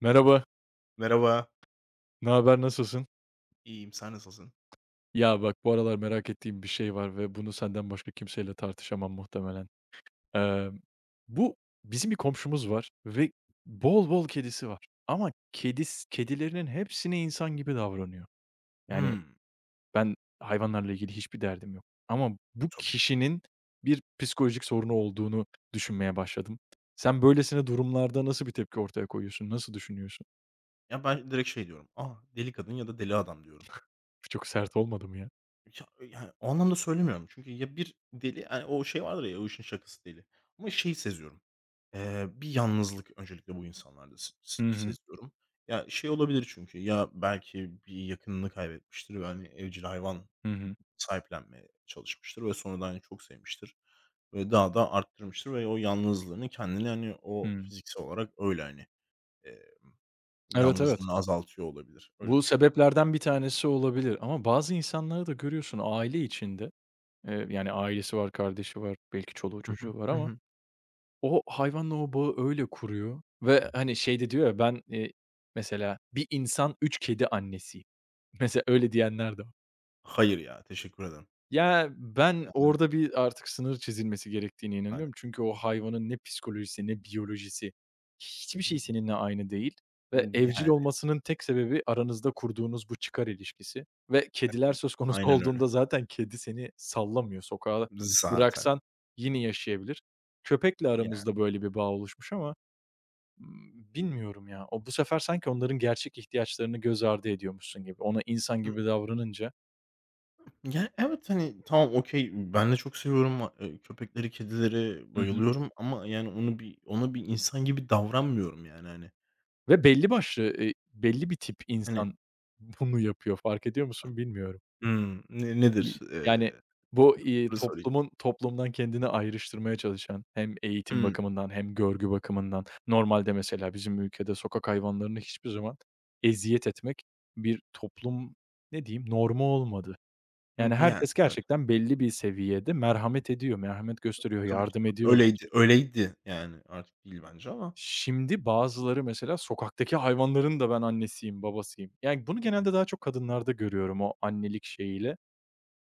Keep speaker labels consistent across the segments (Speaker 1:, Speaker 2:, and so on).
Speaker 1: Merhaba,
Speaker 2: Merhaba,
Speaker 1: ne haber, nasılsın?
Speaker 2: iyiyim. Sen nasılsın?
Speaker 1: Ya bak bu aralar merak ettiğim bir şey var ve bunu senden başka kimseyle tartışamam muhtemelen. Eee, bu bizim bir komşumuz var ve bol bol kedisi var. Ama kedilerinin hepsine insan gibi davranıyor. Yani ben hayvanlarla ilgili hiçbir derdim yok. Ama bu
Speaker 2: Tabii canım.
Speaker 1: kişinin bir psikolojik sorunu olduğunu düşünmeye başladım. Sen böylesine durumlarda nasıl bir tepki ortaya koyuyorsun? Nasıl düşünüyorsun?
Speaker 2: Ya, ben direkt şey diyorum, "A, deli kadın ya da deli adam." diyorum.
Speaker 1: Çok
Speaker 2: Eee,
Speaker 1: sert olmadı mı ya?
Speaker 2: ya, yani, o anlamda söylemiyorum çünkü ya bir deli, hani, o şey vardır ya, "O işin şakası deli." Ama şeyi seziyorum, bir yalnızlık öncelikle bu insanlarda s s
Speaker 1: Hı hı.
Speaker 2: seziyorum. Ya, şey olabilir çünkü, ya belki bir yakınını kaybetmiştir ve, hani, evcil hayvan
Speaker 1: Hı hı.
Speaker 2: sahiplenmeye çalışmıştır ve sonradan, hani, çok sevmiştir ve daha da arttırmıştır ve o yalnızlığını kendini, hani, o
Speaker 1: Hıı.
Speaker 2: fiziksel olarak öyle, hani,
Speaker 1: Evet, evet.
Speaker 2: yalnızlığını azaltıyor olabilir. Öyle
Speaker 1: Bu
Speaker 2: düşün.
Speaker 1: sebeplerden bir tanesi olabilir ama bazı insanları da görüyorsun aile içinde, yani ailesi var, kardeşi var, belki çoluğu
Speaker 2: Hı hı.
Speaker 1: çocuğu var
Speaker 2: Hı
Speaker 1: ama
Speaker 2: hı.
Speaker 1: o hayvanla o bağı öyle kuruyor ve, hani, şey de diyor ya, ben, mesela bir insan 3 kedi annesiyim. Mesela öyle diyenler de.
Speaker 2: Hayır ya, teşekkür ederim.
Speaker 1: Ya, ben
Speaker 2: Yani,
Speaker 1: orada bir artık sınır çizilmesi gerektiğine
Speaker 2: hani,
Speaker 1: inanıyorum. Çünkü o hayvanın ne psikolojisi ne biyolojisi, hiçbir şey seninle aynı değil ve evcil
Speaker 2: yani,
Speaker 1: olmasının tek sebebi aranızda kurduğunuz bu çıkar ilişkisi ve kediler söz konusu
Speaker 2: aynen öyle.
Speaker 1: olduğunda zaten kedi seni sallamıyor. Sokağa
Speaker 2: Zaten.
Speaker 1: bıraksan yine yaşayabilir. Köpekle
Speaker 2: Yani.
Speaker 1: aramızda böyle bir bağ oluşmuş ama, bilmiyorum ya. O bu sefer sanki onların gerçek ihtiyaçlarını göz ardı ediyormuşsun gibi. Ona insan
Speaker 2: Hı.
Speaker 1: gibi davranınca.
Speaker 2: Evet, hani, tamam, okay, ben de çok seviyorum, köpekleri, kedileri
Speaker 1: Hı hı.
Speaker 2: bayılıyorum ama yani onu bir ona bir insan gibi davranmıyorum yani, hani.
Speaker 1: Ve belli başlı, belli bir tip
Speaker 2: Hani,
Speaker 1: insan bunu yapıyor. Fark ediyor musun bilmiyorum.
Speaker 2: hımm, ne
Speaker 1: İii
Speaker 2: nedir,
Speaker 1: Yani
Speaker 2: bunu sorayım.
Speaker 1: toplumdan kendini ayrıştırmaya çalışan hem eğitim
Speaker 2: Hımm,
Speaker 1: bakımından hem görgü bakımından normalde mesela bizim ülkede sokak hayvanlarına hiçbir zaman eziyet etmek bir toplum, ne diyeyim, normu olmadı.
Speaker 2: hı,
Speaker 1: Yani
Speaker 2: yani,
Speaker 1: herkes
Speaker 2: evet.
Speaker 1: gerçekten belli bir seviyede merhamet ediyor, merhamet gösteriyor,
Speaker 2: Tabii ki,
Speaker 1: yardım
Speaker 2: tabii.
Speaker 1: ediyorlar.
Speaker 2: Öyleydi, öyleydi yani artık değil bence ama.
Speaker 1: Şimdi bazıları mesela sokaktaki hayvanların da ben annesiyim, babasıyım. Yani, bunu genelde daha çok kadınlarda görüyorum o annelik şeyiyle.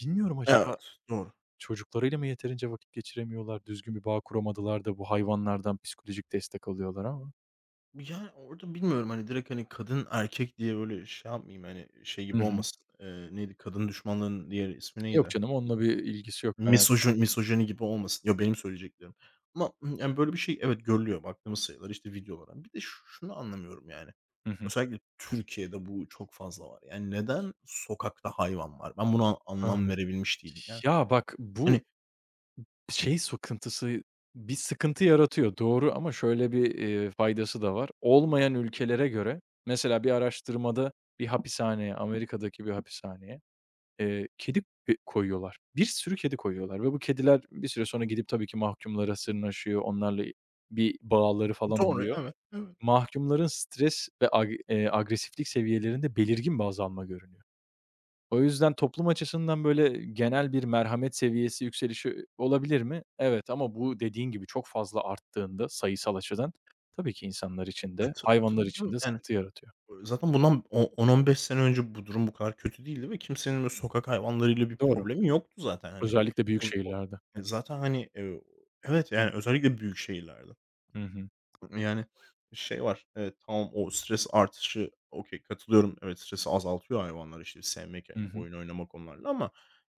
Speaker 1: Bilmiyorum acaba
Speaker 2: Evet, doğru.
Speaker 1: çocuklarıyla mı yeterince vakit geçiremiyorlar, düzgün bir bağ kuramadılar da bu hayvanlardan psikolojik destek alıyorlar ama.
Speaker 2: Yani, orada bilmiyorum, hani, direkt, hani, kadın erkek diye böyle şey yapmayayım, hani, şey
Speaker 1: Hı
Speaker 2: gibi
Speaker 1: hı.
Speaker 2: olmasın, neydi kadın düşmanlığının diğer ismi
Speaker 1: Yok
Speaker 2: neydi?
Speaker 1: canım, onunla bir ilgisi yok merak etme.
Speaker 2: Misojin misojini gibi olmasın. Ya, benim söyleyeceklerim ama, yani, böyle bir şey evet görülüyor baktığımız sayılar, işte, videolara. Bir de şunu anlamıyorum, yani,
Speaker 1: Hı hı.
Speaker 2: özellikle Türkiye'de bu çok fazla var. Yani, neden sokakta hayvan var? Ben buna anlam
Speaker 1: Ha.
Speaker 2: verebilmiş değilim. Yani,
Speaker 1: Ya, bak
Speaker 2: hani,
Speaker 1: bu şey sıkıntısı, bir sıkıntı yaratıyor doğru ama şöyle bir, faydası da var. Olmayan ülkelere göre mesela bir araştırmada bir hapishaneye, Amerika'daki bir hapishaneye, kedi, koyuyorlar. Bir sürü kedi koyuyorlar ve bu kediler bir süre sonra gidip tabii ki mahkumlara sırnaşıyor. Onlarla bir bağları falan
Speaker 2: doğru
Speaker 1: oluyor.
Speaker 2: evet, evet.
Speaker 1: Mahkumların stres ve ag agresiflik seviyelerinde belirgin bir azalma görünüyor. O yüzden toplum açısından, böyle, genel bir merhamet seviyesi yükselişi olabilir mi? Evet ama bu dediğin gibi çok fazla arttığında sayısal açıdan tabii ki insanlar için
Speaker 2: E,
Speaker 1: de hayvanlar
Speaker 2: tabii canım
Speaker 1: için de
Speaker 2: yani.
Speaker 1: sıkıntı yaratıyor.
Speaker 2: Zaten bundan o on 15 sene önce bu durum bu kadar kötü değildi ve kimsenin böyle sokak hayvanlarıyla bir
Speaker 1: Doğru.
Speaker 2: problemi yoktu zaten. Hani,
Speaker 1: Özellikle büyük
Speaker 2: o o
Speaker 1: şehirlerde.
Speaker 2: e, zaten, hani, evet, yani özellikle büyük şehirlerde.
Speaker 1: Hı hı.
Speaker 2: Yani, şey var, evet, tamam o stres artışı okay, katılıyorum. Evet, stresi azaltıyor hayvanlar, işte, sevmek,
Speaker 1: Hı
Speaker 2: hani,
Speaker 1: hı.
Speaker 2: oyun oynamak onlarla ama,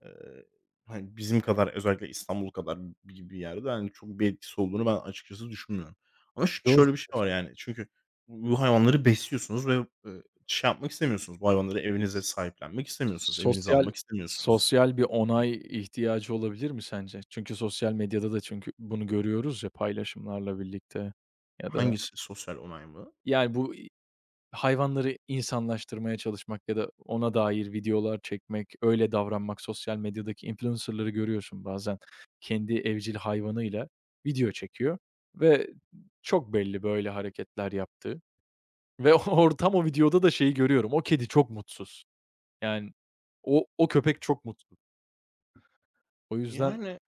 Speaker 2: eee, hani, bizim kadar özellikle İstanbul kadar gibi bir yerde, hani, çok bir etkisi olduğunu ben açıkçası düşünmüyorum. Ama
Speaker 1: Doğru.
Speaker 2: şöyle bir şey var, yani, çünkü bu hayvanları besliyorsunuz ve, şey yapmak istemiyorsunuz, bu hayvanları evinize sahiplenmek istemiyorsunuz, evinize
Speaker 1: Sosyal
Speaker 2: almak istemiyorsunuz.
Speaker 1: Sosyal bir onay ihtiyacı olabilir mi sence? Çünkü sosyal medyada da çünkü bunu görüyoruz ya paylaşımlarla birlikte ya da
Speaker 2: Hangisi sosyal onay mı?
Speaker 1: yani bu hayvanları insanlaştırmaya çalışmak ya da ona dair videolar çekmek, öyle davranmak sosyal medyadaki influencer'ları görüyorsun bazen. Kendi evcil hayvanıyla video çekiyor ve çok belli böyle hareketler yaptığı ve or tam o videoda da şeyi görüyorum, o kedi çok mutsuz. Yani o köpek çok mutsuz. O yüzden
Speaker 2: Yani,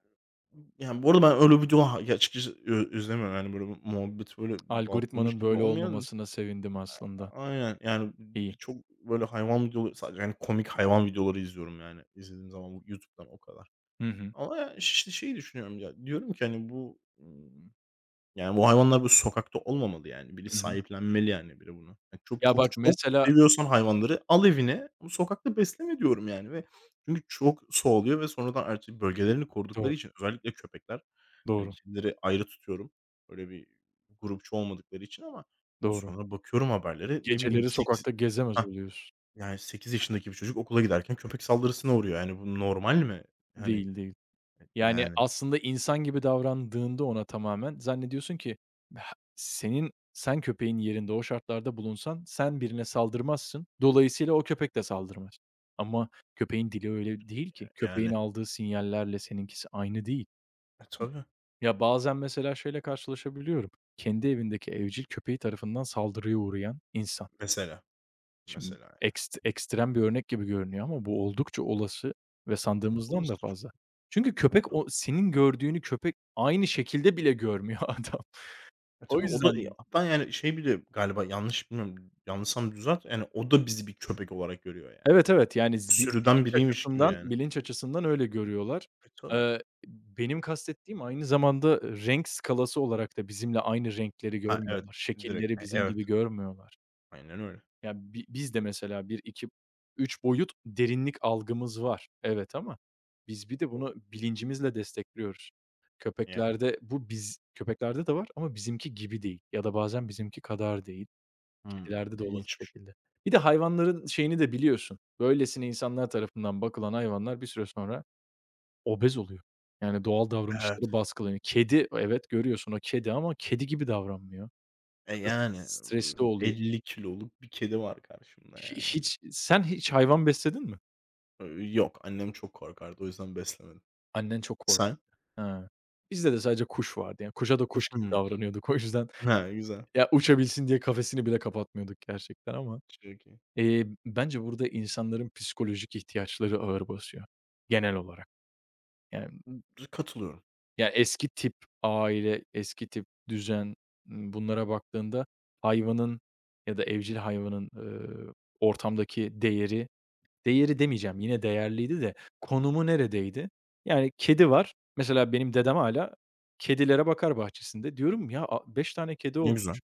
Speaker 2: yani, bu arada ben öyle video ya açıkçası izlemiyorum. Yani, böyle muhabbet böyle baltalamış
Speaker 1: algoritmanın
Speaker 2: gibi
Speaker 1: böyle
Speaker 2: olmayan
Speaker 1: olmamasına sevindim aslında.
Speaker 2: aynen. Yani,
Speaker 1: İyi.
Speaker 2: çok böyle hayvan videoları sadece, hani, komik hayvan videoları izliyorum yani izlediğim zaman YouTube'dan o kadar.
Speaker 1: Hı hı.
Speaker 2: Ama ya, işte şeyi düşünüyorum ya, diyorum ki, hani, bu, yani, bu hayvanlar bu sokakta olmamalı yani. Biri
Speaker 1: Hı hı.
Speaker 2: sahiplenmeli yani biri bunu. Ya, çok
Speaker 1: Ya,
Speaker 2: çok
Speaker 1: bak
Speaker 2: çok
Speaker 1: mesela.
Speaker 2: seviyorsan hayvanları al evine ama sokakta besleme diyorum yani ve çünkü çok soğuluyor ve sonradan artık bölgelerini
Speaker 1: Doğru,
Speaker 2: korudukları için özellikle köpekler, hani,
Speaker 1: doğru,
Speaker 2: kedileri ayrı tutuyorum. Böyle bir grupçu olmadıkları için ama
Speaker 1: doğru.
Speaker 2: sonra bakıyorum haberlere, ne bileyim,
Speaker 1: Geceleri
Speaker 2: 8.
Speaker 1: sokakta gezemez
Speaker 2: Hah,
Speaker 1: oluyorsun.
Speaker 2: yani 8 yaşındaki bir çocuk okula giderken köpek saldırısına uğruyor. Yani bu normal mi? Hani,
Speaker 1: Değil, değil. Yani,
Speaker 2: yani,
Speaker 1: aslında insan gibi davrandığında ona tamamen zannediyorsun ki ha senin sen köpeğin yerinde o şartlarda bulunsan sen birine saldırmazsın. Dolayısıyla o köpek de saldırmaz. Ama köpeğin dili öyle değil ki. Köpeğin
Speaker 2: yani,
Speaker 1: aldığı sinyallerle seninkisi aynı değil.
Speaker 2: e, tabii.
Speaker 1: Ya, bazen mesela şeyle karşılaşabiliyorum. Kendi evindeki evcil köpeği tarafından saldırıya uğrayan insan.
Speaker 2: Mesela,
Speaker 1: Şimdi
Speaker 2: mesela yani
Speaker 1: ekstrem bir örnek gibi görünüyor ama bu oldukça olası ve
Speaker 2: çok
Speaker 1: sandığımızdan
Speaker 2: olası.
Speaker 1: da fazla. Çünkü köpek o senin gördüğünü köpek aynı şekilde bile görmüyor adam.
Speaker 2: E,
Speaker 1: O
Speaker 2: tabii o da,
Speaker 1: yüzden
Speaker 2: hatta yani şey bile galiba yanlış bilmiyorum, yanlışsam düzelt, yani o da bizi bir köpek olarak görüyor yani.
Speaker 1: evet, evet, yani z bi
Speaker 2: Sürüden biriymiş gibi yani.
Speaker 1: bilinç açısından öyle görüyorlar.
Speaker 2: E, tabii.
Speaker 1: Benim kastettiğim aynı zamanda renk skalası olarak da bizimle aynı renkleri
Speaker 2: Ha, evet,
Speaker 1: görmüyorlar.
Speaker 2: direkt.
Speaker 1: Şekilleri
Speaker 2: E,
Speaker 1: bizim
Speaker 2: evet.
Speaker 1: gibi görmüyorlar.
Speaker 2: Aynen öyle.
Speaker 1: Ya, biz de mesela bir iki üç boyut derinlik algımız var. Evet ama biz bir de
Speaker 2: Doğru.
Speaker 1: bunu bilincimizle destekliyoruz.
Speaker 2: Yani.
Speaker 1: Köpeklerde bu köpeklerde de var ama bizimki gibi değil ya da bazen bizimki kadar değil.
Speaker 2: Hımm.
Speaker 1: Kedilerde de olası
Speaker 2: İlginçmiş.
Speaker 1: şekilde. Bir de hayvanların şeyini de biliyorsun. Böylesine insanlar tarafından bakılan hayvanlar bir süre sonra obez oluyor. Yani doğal
Speaker 2: Evet.
Speaker 1: davranışları baskılanıyor. Kedi, evet, görüyorsun o kedi ama kedi gibi davranmıyor
Speaker 2: E,
Speaker 1: ya da
Speaker 2: yani,
Speaker 1: stresli oluyor.
Speaker 2: 50 kiloluk bir kedi var karşımda yani.
Speaker 1: Hiç sen hiç hayvan besledin mi?
Speaker 2: Yok, annem çok korkardı, o yüzden beslemedim.
Speaker 1: Annen çok kork
Speaker 2: Sen?
Speaker 1: Ha. Bizde de sadece kuş vardı. Yani kuşa da kuş gibi
Speaker 2: Hımm.
Speaker 1: davranıyorduk. O yüzden
Speaker 2: Ha, güzel.
Speaker 1: ya uçabilsin diye kafesini bile kapatmıyorduk gerçekten ama,
Speaker 2: Çok iyi.
Speaker 1: bence burada insanların psikolojik ihtiyaçları ağır basıyor genel olarak. Yani
Speaker 2: Katılıyorum.
Speaker 1: ya eski tip aile, eski tip düzen, bunlara baktığında hayvanın ya da evcil hayvanın, ortamdaki değeri. Değeri demeyeceğim, yine değerliydi de konumu neredeydi? Yani kedi var. Mesela benim dedem hâlâ kedilere bakar bahçesinde. Diyorum ya, a 5 tane kedi
Speaker 2: Ne güzel.
Speaker 1: olmuş.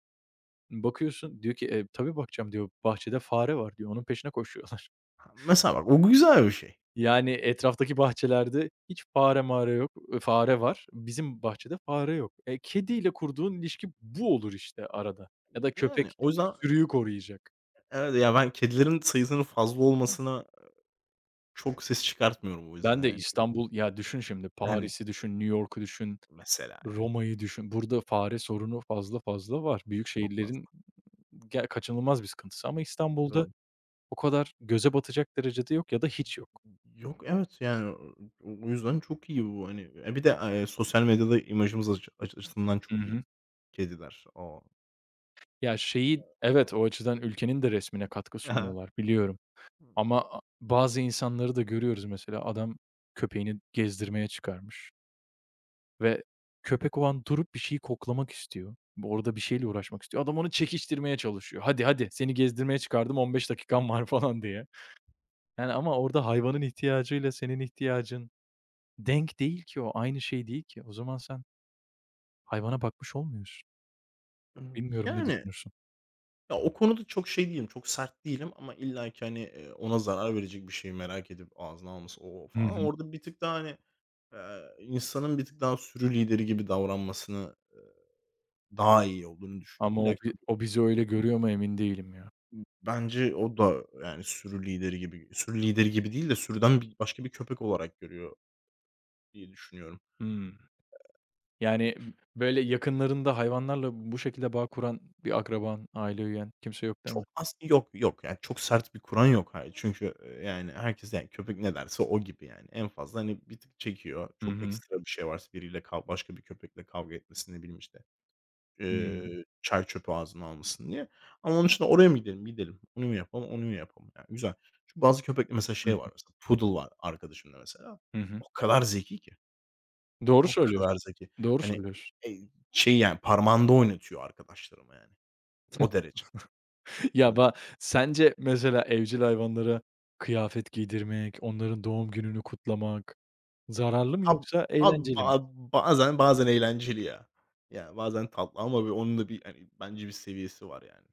Speaker 1: Bakıyorsun diyor ki, "Tabii bakacağım." diyor. "Bahçede fare var." diyor. Onun peşine koşuyorlar.
Speaker 2: Ha, mesela bak o güzel bir şey.
Speaker 1: Yani etraftaki bahçelerde hiç fare mare yok. Fare var. Bizim bahçede fare yok. E, kediyle kurduğun ilişki bu olur işte arada ya da
Speaker 2: Yani
Speaker 1: köpek
Speaker 2: o yüzden
Speaker 1: sürüyü koruyacak.
Speaker 2: evet, ya, ben kedilerin sayısının fazla olmasına çok ses çıkartmıyorum o yüzden,
Speaker 1: Ben de
Speaker 2: yani.
Speaker 1: İstanbul, ya düşün şimdi
Speaker 2: Hani,
Speaker 1: Paris'i düşün, New York'u düşün.
Speaker 2: mesela, yani,
Speaker 1: Roma'yı düşün. Burada fare sorunu fazla fazla var. Büyük
Speaker 2: çok
Speaker 1: şehirlerin
Speaker 2: fazla.
Speaker 1: kaçınılmaz bir sıkıntısı ama İstanbul'da
Speaker 2: Doğru.
Speaker 1: o kadar göze batacak derecede yok ya da hiç yok.
Speaker 2: Yok, evet, yani, o yüzden çok iyi bu, hani. E, bir de, sosyal medyada imajımız açısından
Speaker 1: Hı
Speaker 2: çok iyi
Speaker 1: hı.
Speaker 2: kediler. O.
Speaker 1: Ya, şeyi evet,
Speaker 2: O.
Speaker 1: o açıdan ülkenin de resmine katkı sunuyorlar, biliyorum ama a bazı insanları da görüyoruz mesela adam köpeğini gezdirmeye çıkarmış ve köpek o an durup bir şeyi koklamak istiyor. Orada bir şeyle uğraşmak istiyor. Adam onu çekiştirmeye çalışıyor. "Hadi, hadi seni gezdirmeye çıkardım, 15 dakikan var." falan diye. Yani, ama orada hayvanın ihtiyacıyla senin ihtiyacın denk değil ki o, aynı şey değil ki. O zaman sen hayvana bakmış olmuyorsun. Bilmiyorum ne
Speaker 2: Yani.
Speaker 1: düşünürsün?
Speaker 2: Ya, o konuda çok şey değilim, çok sert değilim ama illaki, hani, ona zarar verecek bir şeyi merak edip ağzına alması, o,
Speaker 1: Hı
Speaker 2: falan.
Speaker 1: hı.
Speaker 2: Orada bir tık daha, hani, insanın bir tık daha sürü lideri gibi davranmasını, daha iyi olduğunu düşünüyorum.
Speaker 1: Ama
Speaker 2: İlla ki tabii
Speaker 1: o bizi öyle görüyor mu emin değilim ya.
Speaker 2: bence o da, yani, sürü lideri gibi değil de sürüden başka bir köpek olarak görüyor diye düşünüyorum.
Speaker 1: Hımm. Yani, böyle yakınlarında hayvanlarla bu şekilde bağ kuran bir akraban, aile üyen kimse yok değil mi?
Speaker 2: Çok yok, yok. Yani çok sert bir kural yok. Hayır. Çünkü, yani, herkes, yani, köpek ne derse o gibi, yani. En fazla, hani, bir tık çekiyor.
Speaker 1: Hı
Speaker 2: Çok
Speaker 1: hı.
Speaker 2: ekstra bir şey varsa biriyle kav başka bir köpekle kavga etmesini ne bileyim, işte,
Speaker 1: Hımm.
Speaker 2: çöpü ağzına almasın diye. Ama onun dışında oraya mı gidelim, gidelim, onu mu yapalım, onu mu yapalım? Yani, güzel. Çünkü bazı köpekte mesela
Speaker 1: Hı
Speaker 2: şey
Speaker 1: hı.
Speaker 2: var mesela, poodle var arkadaşımda mesela.
Speaker 1: Hı hı.
Speaker 2: O kadar zeki ki,
Speaker 1: Doğru
Speaker 2: o
Speaker 1: söylüyorsun.
Speaker 2: kadar zeki.
Speaker 1: Doğru
Speaker 2: Hani,
Speaker 1: söylüyorsun.
Speaker 2: eee, şey, yani, parmağında oynatıyor arkadaşlarıma, yani. O derece.
Speaker 1: Ya,
Speaker 2: Hani
Speaker 1: sence mesela evcil hayvanlara kıyafet giydirmek, onların doğum gününü kutlamak zararlı mı
Speaker 2: Ab
Speaker 1: yoksa
Speaker 2: ab
Speaker 1: eğlenceli mi?
Speaker 2: ba bazen bazen eğlenceli ya. Ya, bazen tatlı ama bir onun da bir, hani, bence bir seviyesi var yani.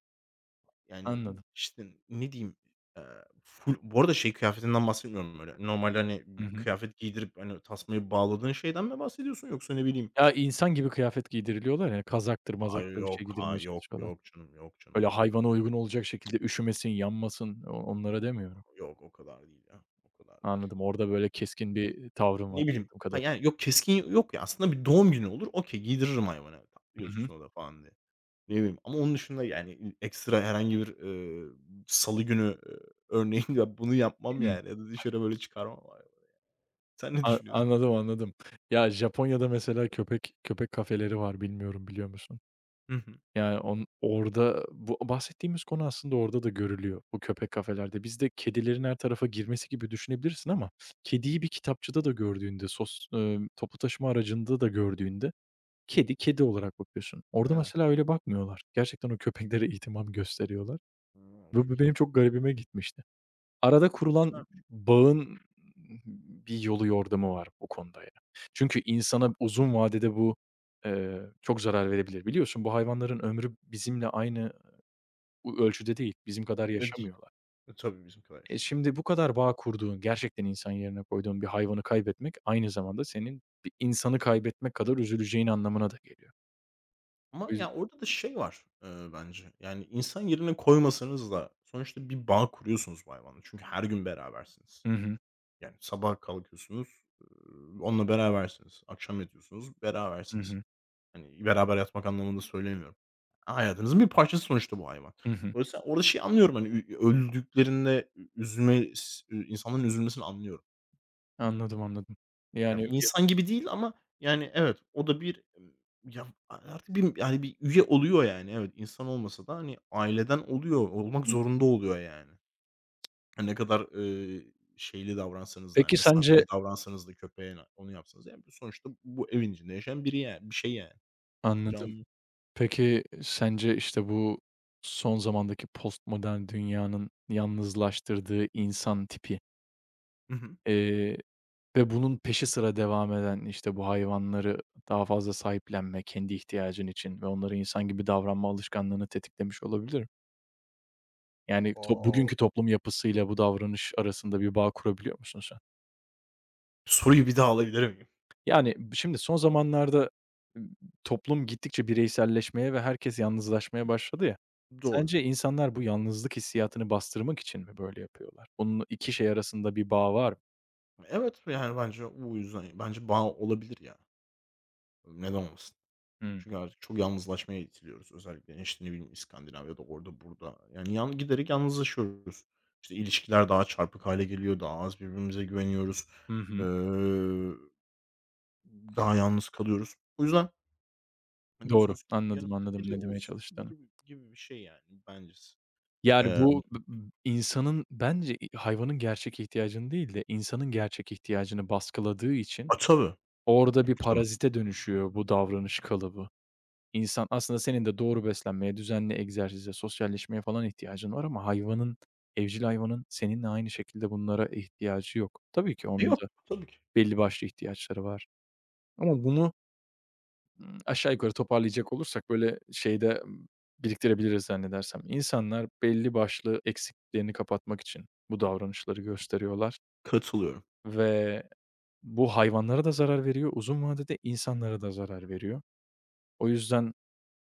Speaker 2: Yani,
Speaker 1: Anladım.
Speaker 2: işte, ne diyeyim, eee, full. Bu arada şey kıyafetinden bahsetmiyorum böyle. Normal hani,
Speaker 1: Hı
Speaker 2: bir
Speaker 1: hı.
Speaker 2: kıyafet giydirip, hani, tasmayı bağladığın şeyden mi bahsediyorsun yoksa ne bileyim.
Speaker 1: Ya, insan gibi kıyafet giydiriliyorlar ya, kazaktır
Speaker 2: Ay,
Speaker 1: mazaktır bir şey
Speaker 2: yok, ha,
Speaker 1: giydirmeye
Speaker 2: yok,
Speaker 1: çalışıyorlar.
Speaker 2: yok canım, yok canım
Speaker 1: Öyle
Speaker 2: o kadar.
Speaker 1: hayvana uygun olacak şekilde üşümesin, yanmasın, onlara demiyorum.
Speaker 2: Yok, o kadar değil ya. O kadar
Speaker 1: Anladım, orada böyle keskin
Speaker 2: değil.
Speaker 1: bir tavrın var
Speaker 2: Ne bileyim,
Speaker 1: anladığım
Speaker 2: ha,
Speaker 1: kadarıyla.
Speaker 2: yani yok keskin yok ya aslında bir doğum günü olur, okay, giydiririm hayvana, tatlı
Speaker 1: Hı hı.
Speaker 2: gözüksün o da falan diye. Ne bileyim ama onun dışında yani, ekstra herhangi bir, salı günü, örneğin ya bunu yapmam
Speaker 1: Hıı.
Speaker 2: yani ya da dışarı böyle çıkarmam hayvanı. Sen ne
Speaker 1: A
Speaker 2: düşünüyorsun?
Speaker 1: anladım, anladım. Ya, Japonya'da mesela köpek kafeleri var, bilmiyorum biliyor musun?
Speaker 2: Hı hı.
Speaker 1: Yani, orada bu bahsettiğimiz konu aslında orada da görülüyor, bu köpek kafelerde. Bizde kedilerin her tarafa girmesi gibi düşünebilirsin ama kediyi bir kitapçıda da gördüğünde, sos toplu taşıma aracında da gördüğünde kedi, kedi olarak bakıyorsun. Orada
Speaker 2: He.
Speaker 1: mesela öyle bakmıyorlar. Gerçekten o köpeklere ihtimam gösteriyorlar.
Speaker 2: Hıı,
Speaker 1: Bu
Speaker 2: çok iyi.
Speaker 1: benim çok garibime gitmişti. Arada
Speaker 2: Güzel.
Speaker 1: kurulan bağın bir yolu yordamı var bu konuda ya. Çünkü insana uzun vadede bu, çok zarar verebilir. Biliyorsun bu hayvanların ömrü bizimle aynı ölçüde değil. Bizim kadar
Speaker 2: E, değil.
Speaker 1: yaşamıyorlar.
Speaker 2: E, tabii bizim kadar
Speaker 1: E,
Speaker 2: yaşamıyor.
Speaker 1: şimdi bu kadar bağ kurduğun, gerçekten insan yerine koyduğun bir hayvanı kaybetmek aynı zamanda senin bir insanı kaybetmek kadar üzüleceğin anlamına da geliyor. O
Speaker 2: Ama
Speaker 1: yüz
Speaker 2: ya orada da şey var, bence yani insan yerine koymasanız da sonuçta bir bağ kuruyorsunuz bu hayvanla çünkü her gün berabersiniz.
Speaker 1: Hı hı.
Speaker 2: Yani, sabah kalkıyorsunuz, onunla berabersiniz. Akşam yatıyorsunuz,
Speaker 1: Hı
Speaker 2: berabersiniz.
Speaker 1: hı.
Speaker 2: Hani, beraber yatmak anlamında söylemiyorum. Hayatınızın bir parçası sonuçta bu hayvan.
Speaker 1: Hı hı.
Speaker 2: Dolayısıyla orada şeyi anlıyorum, hani, öldüklerinde ü üzülme s ü insanların üzülmesini anlıyorum.
Speaker 1: Anladım, anladım. Yani
Speaker 2: Ya, bir
Speaker 1: ya
Speaker 2: insan gibi değil ama, yani, evet, o da bir, ya, a artık bir, yani, bir üye oluyor, yani. Evet, insan olmasa da, hani, aileden oluyor, olmak zorunda oluyor, yani. Ne kadar, şeyli davransanız da, hani,
Speaker 1: Peki
Speaker 2: mesafeli
Speaker 1: sence.
Speaker 2: davransanız da köpeğe, onu yapsanız, da, yani, sonuçta bu evin içinde yaşayan biri yani, bir şey yani,
Speaker 1: Anladım.
Speaker 2: canlı.
Speaker 1: Peki, sence, işte, bu son zamandaki postmodern dünyanın yalnızlaştırdığı insan tipi,
Speaker 2: Hı hı.
Speaker 1: eee, ve bunun peşi sıra devam eden, işte, bu hayvanları daha fazla sahiplenme kendi ihtiyacın için ve onlara insan gibi davranma alışkanlığını tetiklemiş olabilir mi? Yani,
Speaker 2: O!
Speaker 1: bugünkü toplum yapısıyla bu davranış arasında bir bağ kurabiliyor musun sen?
Speaker 2: Soruyu bir daha alabilir miyim?
Speaker 1: Yani, şimdi son zamanlarda, ımm, toplum gittikçe bireyselleşmeye ve herkes yalnızlaşmaya başladı ya.
Speaker 2: Doğru.
Speaker 1: Sence insanlar bu yalnızlık hissiyatını bastırmak için mi böyle yapıyorlar? Bunun 2 şey arasında bir bağ var mı?
Speaker 2: Evet, yani, bence bu yüzden, bence bağ olabilir ya. Neden olmasın?
Speaker 1: Hımm.
Speaker 2: Çünkü artık çok yalnızlaşmaya itiliyoruz. Özellikle, işte, ne bileyim, İskandinavya'da, orada, burada. Yani, giderek yalnızlaşıyoruz. İşte, ilişkiler daha çarpık hâle geliyor, daha az birbirimize güveniyoruz.
Speaker 1: Hı
Speaker 2: Eee,
Speaker 1: hı.
Speaker 2: daha yalnız kalıyoruz. O yüzden hani,
Speaker 1: Doğru.
Speaker 2: diyorsunuz ki
Speaker 1: Anladım,
Speaker 2: yanımda
Speaker 1: anladım
Speaker 2: biri
Speaker 1: ne demeye
Speaker 2: olsun
Speaker 1: çalıştığını.
Speaker 2: gibi gibi bir şey yani bencesi.
Speaker 1: Yani,
Speaker 2: Eee,
Speaker 1: bu b b insanın bence hayvanın gerçek ihtiyacını değil de insanın gerçek ihtiyacını baskıladığı için
Speaker 2: tabii,
Speaker 1: orada bir
Speaker 2: tabii.
Speaker 1: parazite dönüşüyor bu davranış kalıbı. İnsan aslında senin de doğru beslenmeye, düzenli egzersize, sosyalleşmeye falan ihtiyacın var ama hayvanın, evcil hayvanın seninle aynı şekilde bunlara ihtiyacı yok. Tabii ki onun
Speaker 2: Yok,
Speaker 1: da
Speaker 2: tabii ki.
Speaker 1: belli başlı ihtiyaçları var. Ama bunu, aşağı yukarı toparlayacak olursak böyle şeyde, biriktirebiliriz zannedersem. İnsanlar belli başlı eksikliklerini kapatmak için bu davranışları gösteriyorlar
Speaker 2: Katılıyorum.
Speaker 1: ve bu hayvanlara da zarar veriyor, uzun vadede insanlara da zarar veriyor. O yüzden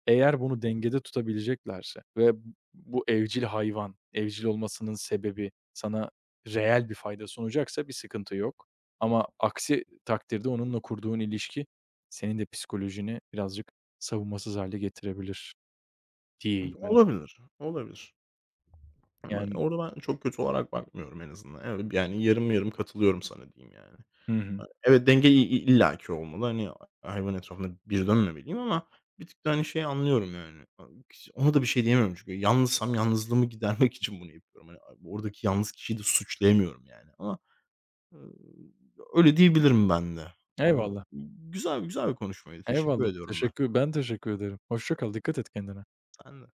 Speaker 1: eğer bunu dengede tutabileceklerse ve bu evcil hayvan, evcil olmasının sebebi sana reel bir fayda sunacaksa bir sıkıntı yok. Ama aksi takdirde onunla kurduğun ilişki senin de psikolojini birazcık savunmasız hale getirebilir diyeyim herhâlde.
Speaker 2: Olabilir, olabilir ama
Speaker 1: Yani.
Speaker 2: orada ben çok kötü olarak bakmıyorum en azından. Evet, yani yarım yarım katılıyorum sana diyeyim yani.
Speaker 1: Hı hı.
Speaker 2: A evet, denge i i illaki olmalı. Hani, hayvan etrafında bir dönmemeliyim ama bir tık da, hani, şeyi anlıyorum yani. A kişi ona da bir şey diyemiyorum çünkü yalnızsam yalnızlığımı gidermek için bunu yapıyorum. Hani, a oradaki yalnız kişiyi de suçlayamıyorum yani ama Iıı, öyle diyebilirim ben de. Iıı,
Speaker 1: Eyvallah,
Speaker 2: güzel güzel bir konuşmaydı. Teşekkür
Speaker 1: eyvallah.
Speaker 2: ediyorum ben.
Speaker 1: Ben teşekkür ederim. Hoşça kal, dikkat et kendine.
Speaker 2: Sen de.